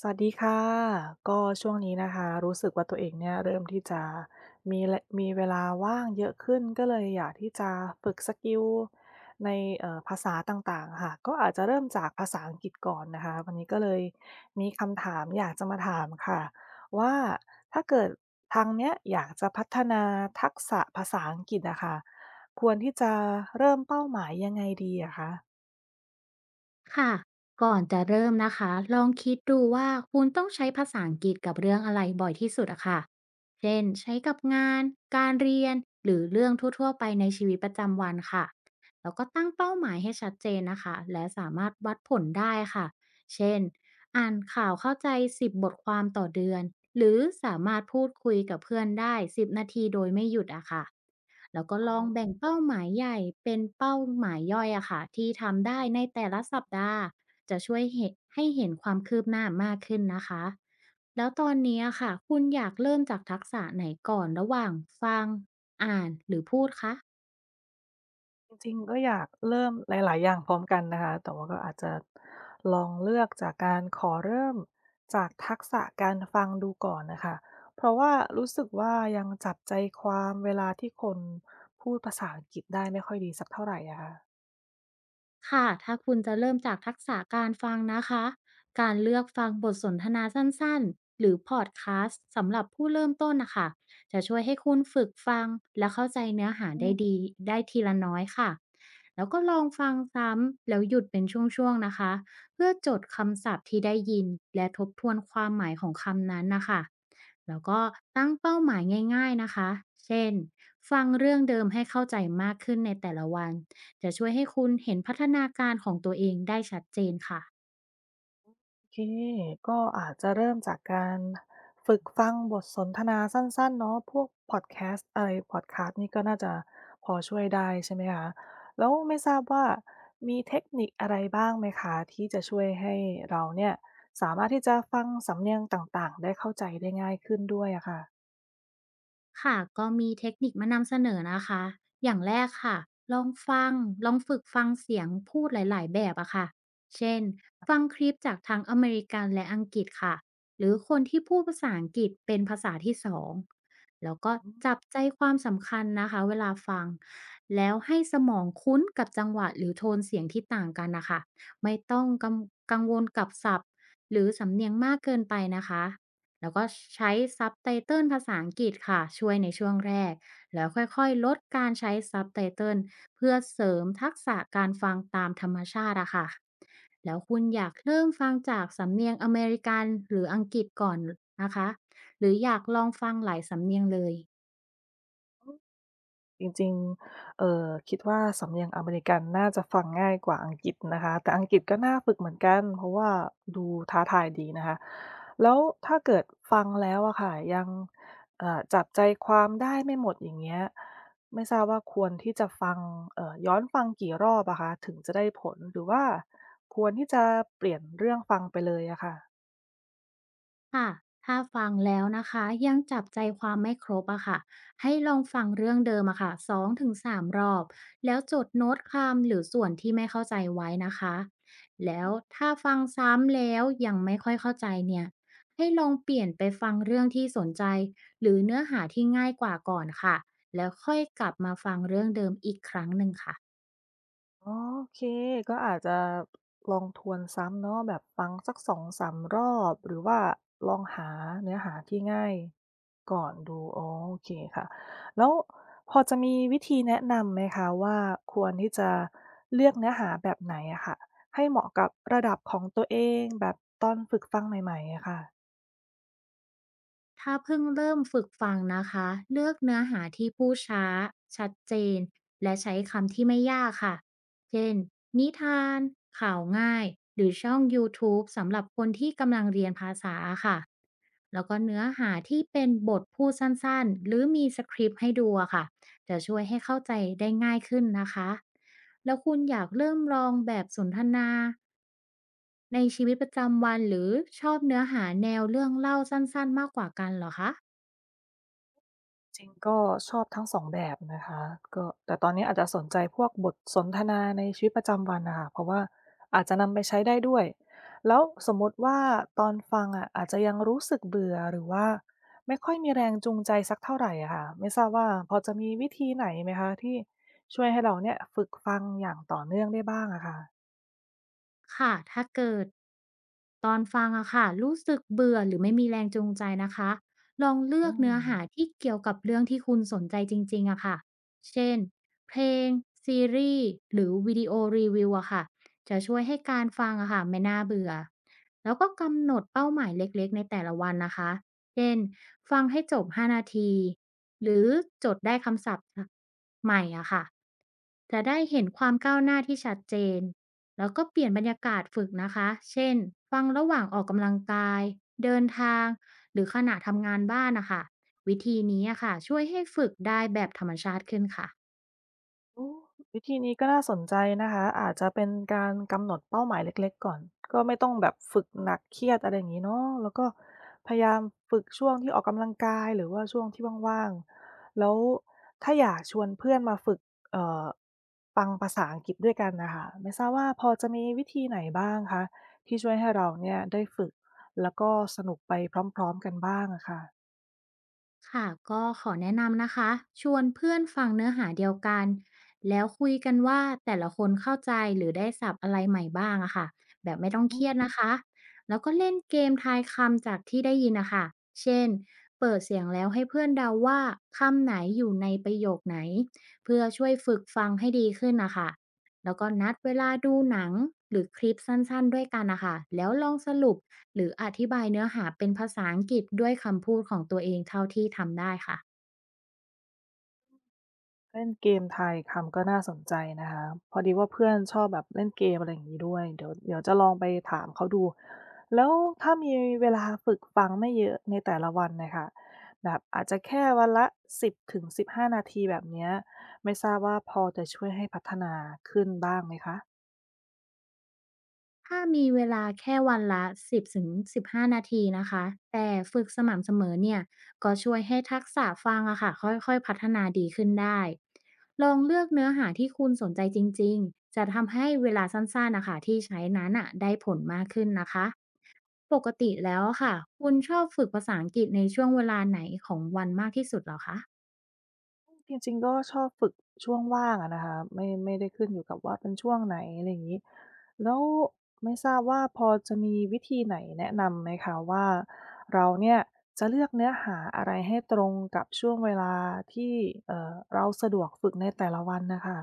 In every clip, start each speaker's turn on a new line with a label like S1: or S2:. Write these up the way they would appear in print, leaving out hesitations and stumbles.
S1: สวัสดีค่ะก็ช่วงนี้นะคะรู้สึกว่าตัวเองเนี่ยเริ่มที่จะมีลมีเวลาว่างเยอะขึ้นก็เลยอยากที่จะฝึกสกิลในภาษาต่างๆค่ะก็อาจจะเริ่มจากภาษาอังกฤษก่อนนะคะวันนี้ก็เลยมีคำถามอยากจะมาถามค่ะว่าถ้าเกิดทางเนี้ยอยากจะพัฒนาทักษะภาษาอังกฤษอะค่ะควรที่จะเริ่มเป้าหมายยังไงดีอะคะ
S2: ค่ะก่อนจะเริ่มนะคะลองคิดดูว่าคุณต้องใช้ภาษาอังกฤษกับเรื่องอะไรบ่อยที่สุดอะค่ะเช่นใช้กับงานการเรียนหรือเรื่องทั่วๆไปในชีวิตประจำวันค่ะแล้วก็ตั้งเป้าหมายให้ชัดเจนนะคะและสามารถวัดผลได้ค่ะเช่นอ่านข่าวเข้าใจ10 บทความต่อเดือนหรือสามารถพูดคุยกับเพื่อนได้10 นาทีโดยไม่หยุดอะค่ะ แล้วก็ล
S1: อ๋อ
S2: องแบ่งเป้าหมายใหญ่เป็นเป้าหมายย่อยอะค่ะที่ทำได้ในแต่ละสัปดาห์จะช่วยให้เห็นความคืบหน้ามากขึ้นนะคะแล้วตอนนี้อะค่ะคุณอยากเริ่มจากทักษะไหนก่อนระหว่างฟังอ่านหรือพูดคะ
S1: จริงๆก็อยากเริ่มหลายๆอย่างพร้อมกันนะคะ แต่ว่าก็อาจจะลองเลือกจากการขอเริ่มจากทักษะการฟังดูก่อนนะคะ เพราะว่ารู้สึกว่ายังจับใจความเวลาที่คนพูดภาษาอังกฤษได้ไม่ค่อยดีสักเท่าไรอะค่ะ
S2: ค่ะถ้าคุณจะเริ่มจากทักษะการฟังนะคะการเลือกฟังบทสนทนาสั้น ๆ หรือพอดคาสต์สำหรับผู้เริ่มต้นนะคะ จะช่วยให้คุณฝึกฟังและเข้าใจเนื้อหาได้ดีได้ทีละน้อยค่ะ แล้วก็ลองฟังซ้ำแล้วหยุดเป็นช่วงๆนะคะ เพื่อจดคำศัพท์ที่ได้ยินและทบทวนความหมายของคำนั้นนะคะ แล้วก็ตั้งเป้าหมายง่าย ๆนะคะเช่นฟังเรื่องเดิมให้เข้าใจมากขึ้นในแต่ละวัน จะช่วยให้คุณเห็นพัฒนาการของตัวเองได้ชัดเจนค่ะ
S1: เคก็อาจจะเริ่มจากการฝึกฟังบทสนทนาสั้นๆเนาะพวกพอดแคสต์อะไรพอดคาสต์นี่ก็น่าจะพอช่วยได้ใช่ไหมคะแล้วไม่ทราบว่ามีเทคนิคอะไรบ้างไหมคะที่จะช่วยให้เราเนี่ยสามารถที่จะฟังสำเนียงต่างๆได้เข้าใจได้ง่ายขึ้นด้วยอะค่ะ
S2: ค่ะก็มีเทคนิคมานำเสนอนะคะอย่างแรกค่ะลองฟังลองฝึกฟังเสียงพูดหลายๆแบบอะค่ะเช่นฟังคลิปจากทั้งอเมริกันและอังกฤษค่ะหรือคนที่พูดภาษาอังกฤษเป็นภาษาที่สองแล้วก็
S1: อืม
S2: จับใจความสำคัญนะคะเวลาฟังแล้วให้สมองคุ้นกับจังหวะหรือโทนเสียงที่ต่างกันนะคะไม่ต้องกังวลกับศัพท์หรือสำเนียงมากเกินไปนะคะ แล้วก็ใช้ซับไตเติลภาษาอังกฤษค่ะช่วยในช่วงแรกแล้วค่อยๆลดการใช้ซับไตเติลเพื่อเสริมทักษะการฟังตามธรรมชาติอะค่ะแล้วคุณอยากเริ่มฟังจากสำเนียงอเมริกันหรืออังกฤษก่อนนะคะหรืออยากลองฟังหลายสำเนียงเลย
S1: จริงๆคิดว่าสำเนียงอเมริกันน่าจะฟังง่ายกว่าอังกฤษนะคะแต่อังกฤษก็น่าฝึกเหมือนกันเพราะว่าดูท้าทายดีนะคะแล้วถ้าเกิดฟังแล้วอะค่ะยังจับใจความได้ไม่หมดอย่างเงี้ยไม่ทราบว่าควรที่จะฟังย้อนฟังกี่รอบอะคะถึงจะได้ผลหรือว่าควรที่จะเปลี่ยนเรื่องฟังไปเลยอะค่ะ
S2: ค่ะถ้าฟังแล้วนะคะยังจับใจความไม่ครบอะค่ะให้ลองฟังเรื่องเดิมอะค่ะสองถึงสามรอบแล้วจดโน้ตคำหรือส่วนที่ไม่เข้าใจไว้นะคะแล้วถ้าฟังซ้ำแล้วยังไม่ค่อยเข้าใจเนี่ยให้ลองเปลี่ยนไปฟังเรื่องที่สนใจหรือเนื้อหาที่ง่ายกว่าก่อนค่ะแล้วค่อยกลับมาฟังเรื่องเดิมอีกครั้งหนึ่งค่ะ
S1: อ๋อโอเค ก็อาจจะลองทวนซ้ำเนาะแบบฟังสักสองสามรอบหรือว่าลองหาเนื้อหาที่ง่ายก่อนดูอ๋อโอเคค่ะแล้วพอจะมีวิธีแนะนำไหมคะว่าควรที่จะเลือกเนื้อหาแบบไหนอะค่ะให้เหมาะกับระดับของตัวเองแบบตอนฝึกฟังใหม่ๆอะค่ะ
S2: ถ้าเพิ่งเริ่มฝึกฟังนะคะ เลือกเนื้อหาที่พูดช้า ชัดเจน และใช้คำที่ไม่ยากค่ะเช่นนิทานข่าวง่าย หรือช่อง YouTube สำหรับคนที่กำลังเรียนภาษาค่ะ แล้วก็เนื้อหาที่เป็นบทพูดสั้นๆ หรือมีสคริปต์ให้ดูอะค่ะ จะช่วยให้เข้าใจได้ง่ายขึ้นนะคะแล้วคุณอยากเริ่มลองแบบสนทนาในชีวิตประจำวันหรือชอบเนื้อหาแนวเรื่องเล่าสั้นๆมากกว่ากันเหรอคะ
S1: จริงก็ชอบทั้ง2แบบนะคะก็แต่ตอนนี้อาจจะสนใจพวกบทสนทนาในชีวิตประจำวันน่ะค่ะเพราะว่าอาจจะนำไปใช้ได้ด้วยแล้วสมมุติว่าตอนฟังอะอาจจะยังรู้สึกเบื่อหรือว่าไม่ค่อยมีแรงจูงใจสักเท่าไรอะค่ะไม่ทราบว่าพอจะมีวิธีไหนไหมคะที่ช่วยให้เราเนี่ยฝึกฟังอย่างต่อเนื่องได้บ้างอะค่ะ
S2: ค่ะ ถ้าเกิดตอนฟังอะค่ะรู้สึกเบื่อหรือไม่มีแรงจูงใจนะคะลองเลือ
S1: อื
S2: กเนื้
S1: ม
S2: อหาที่เกี่ยวกับเรื่องที่คุณสนใจจริงๆอะค่ะเช่นเพลงซีรีส์หรือวิดีโอรีวิวอะค่ะจะช่วยให้การฟังอะค่ะไม่น่าเบื่อแล้วก็กำหนดเป้าหมายเล็กๆในแต่ละวันนะคะเช่นฟังให้จบ5นาทีหรือจดได้คำศัพท์ใหม่อะค่ะจะได้เห็นความก้าวหน้าที่ชัดเจน แล้วก็เปลี่ยนบรรยากาศฝึกนะคะ เช่น ฟังระหว่างออกกำลังกาย เดินทาง หรือขณะทำงานบ้านนะคะ วิธีนี้อะค่ะช่วยให้ฝึกได้แบบธรรมชาติขึ้นค่ะ
S1: โอ้วิธีนี้ก็น่าสนใจนะคะอาจจะเป็นการกำหนดเป้าหมายเล็กๆก่อนก็ไม่ต้องแบบฝึกหนักเครียดอะไรอย่างนี้เนาะแล้วก็พยายามฝึกช่วงที่ออกกำลังกายหรือว่าช่วงที่ว่างๆแล้วถ้าอยากชวนเพื่อนมาฝึกเอ่อฟังภาษาอังกฤษด้วยกันนะคะไม่ทราบว่าพอจะมีวิธีไหนบ้างคะที่ช่วยให้เราเนี่ยได้ฝึกแล้วก็สนุกไปพร้อมๆกันบ้างอะค่ะ
S2: ค่ะก็ขอแนะนำนะคะชวนเพื่อนฟังเนื้อหาเดียวกันแล้วคุยกันว่าแต่ละคนเข้าใจหรือได้ศัพท์อะไรใหม่บ้างอะค่ะแบบไม่ต้อง
S1: อื
S2: เครียด
S1: ม
S2: นะคะแล้วก็เล่นเกมทายคำจากที่ได้ยินนะคะเช่นเปิดเสียงแล้วให้เพื่อนเดาว่าคำไหนอยู่ในประโยคไหนเพื่อช่วยฝึกฟังให้ดีขึ้นนะคะแล้วก็นัดเวลาดูหนังหรือคลิปสั้นๆด้วยกันนะคะแล้วลองสรุป หรืออธิบายเนื้อหาเป็นภาษาอังกฤษด้วยคำพูดของตัวเองเท่าที่ทำได้ค่ะ
S1: เล่นเกมทายคำก็น่าสนใจนะคะพอดีว่าเพื่อนชอบแบบเล่นเกมอะไรอย่างนี้ด้วยเดี๋ยวจะลองไปถามเขาดูแล้วถ้ามีเวลาฝึกฟังไม่เยอะในแต่ละวันนะคะแบบอาจจะแค่วันละ10-15นาทีแบบเนี้ยไม่ทราบว่าพอจะช่วยให้พัฒนาขึ้นบ้างไหมคะ
S2: ถ้ามีเวลาแค่วันละ10-15นาทีนะคะแต่ฝึกสม่ำเสมอเนี่ยก็ช่วยให้ทักษะฟังอะค่ะค่อยๆพัฒนาดีขึ้นได้ลองเลือกเนื้อหาที่คุณสนใจจริงๆจะทำให้เวลาสั้นๆนะคะที่ใช้นั้นอะได้ผลมากขึ้นนะคะปกติแล้วอะค่ะคุณชอบฝึกภาษาอังกฤษในช่วงเวลาไหนของวันมากที่สุดเหรอคะ
S1: จริงๆก็ชอบฝึกช่วงว่างอะนะคะไม่ได้ขึ้นอยู่กับว่าเป็นช่วงไหนอะไรอย่างงี้แล้วไม่ทราบว่าพอจะมีวิธีไหนแนะนำไหมคะว่าเราเนี่ยจะเลือกเนื้อหาอะไรให้ตรงกับช่วงเวลาที่เราสะดวกฝึกในแต่ละวันน่ะค่ะ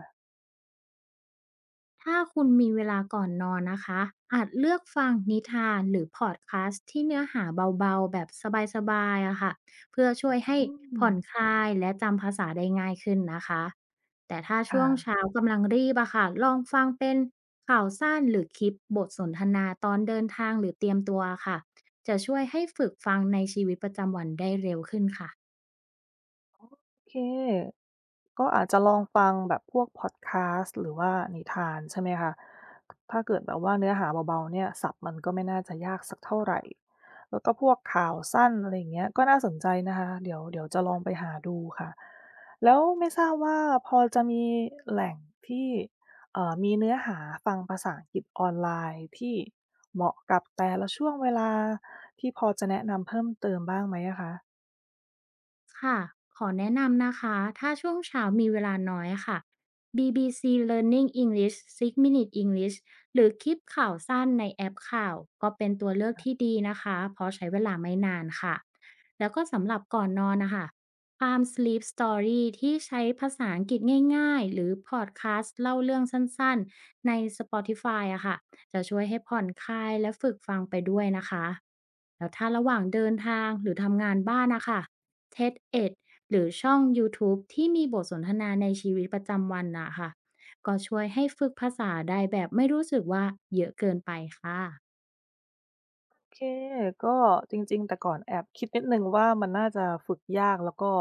S2: ถ้าคุณมีเวลาก่อนนอนนะคะ อาจเลือกฟังนิทานหรือพอดคคสต์ที่เนื้อหาเบาๆแบบสบายๆอะค่ะเพื่อช่วยให้
S1: อื
S2: ผ่อนค
S1: ม
S2: ลายและจำภาษาได้ง่ายขึ้นนะคะ แต่ถ้าช่
S1: ค่ะ
S2: วงเช้ากำลังรีบอะค่ะลองฟังเป็นข่าวสั้นหรือคลิปบทสนทนาตอนเดินทางหรือเตรียมตัวค่ะ จะช่วยให้ฝึกฟังในชีวิตประจำวันได้เร็วขึ้นค่ะ
S1: โอเค ก็อาจจะลองฟังแบบพวกพอดแคาสต์หรือว่านิทานใช่ไหมคะ ถ้าเกิดแบบว่าเนื้อหาเบาๆ เนี่ยศัพท์มันก็ไม่น่าจะยากสักเท่าไหร่ แล้วก็พวกข่าวสั้นอะไรอย่างเงี้ยก็น่าสนใจนะคะ เดี๋ยวจะลองไปหาดูค่ะแล้วไม่ทราบว่าพอจะมีแหล่งที่มีเนื้อหาฟังภาษาอังกฤษออนไลน์ที่เหมาะกับแต่ละช่วงเวลาที่พอจะแนะนำเพิ่มเติมบ้างไหมอะคะ
S2: ค่ะ ขอแนะนำนะคะ ถ้าช่วงเช้ามีเวลาน้อยค่ะ BBC Learning English 6 Minute English หรือคลิปข่าวสั้นในแอปข่าวก็เป็นตัวเลือกที่ดีนะคะ เพราะใช้เวลาไม่นานค่ะ แล้วก็สำหรับก่อนนอนนะคะ Palm Sleep Story ที่ใช้ภาษาอังกฤษง่ายๆ หรือพอดคาสต์เล่าเรื่องสั้นๆ ใน Spotify อะค่ะจะช่วยให้ผ่อนคลายและฝึกฟังไปด้วยนะคะ แล้วถ้าระหว่างเดินทางหรือทำงานบ้านนะคะ TED-Ed หรือช่องยูทูบที่มีบทสนทนาในชีวิตประจำวันน่ะค่ะก็ช่วยให้ฝึกภาษาได้แบบไม่รู้สึกว่าเยอะเกินไปค่ะ
S1: เคก็จริงๆแต่ก่อนแอบคิดนิดหนึ่งว่ามันน่าจะฝึกยากแล้วก็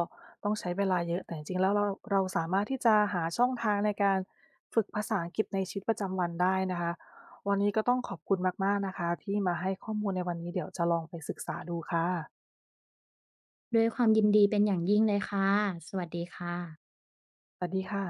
S1: ต้องใช้เวลาเยอะแต่จริงๆแล้วเราสามารถที่จะหาช่องทางในการฝึกภาษาอังกฤษในชีวิตประจำวันได้นะคะวันนี้ก็ต้องขอบคุณมากๆนะคะที่มาให้ข้อมูลในวันนี้เดี๋ยวจะลองไปศึกษาดูค่ะ
S2: ด้วยความยินดีเป็นอย่างยิ่งเลยค่ะสวัสดีค่ะ
S1: สวัสดีค่ะ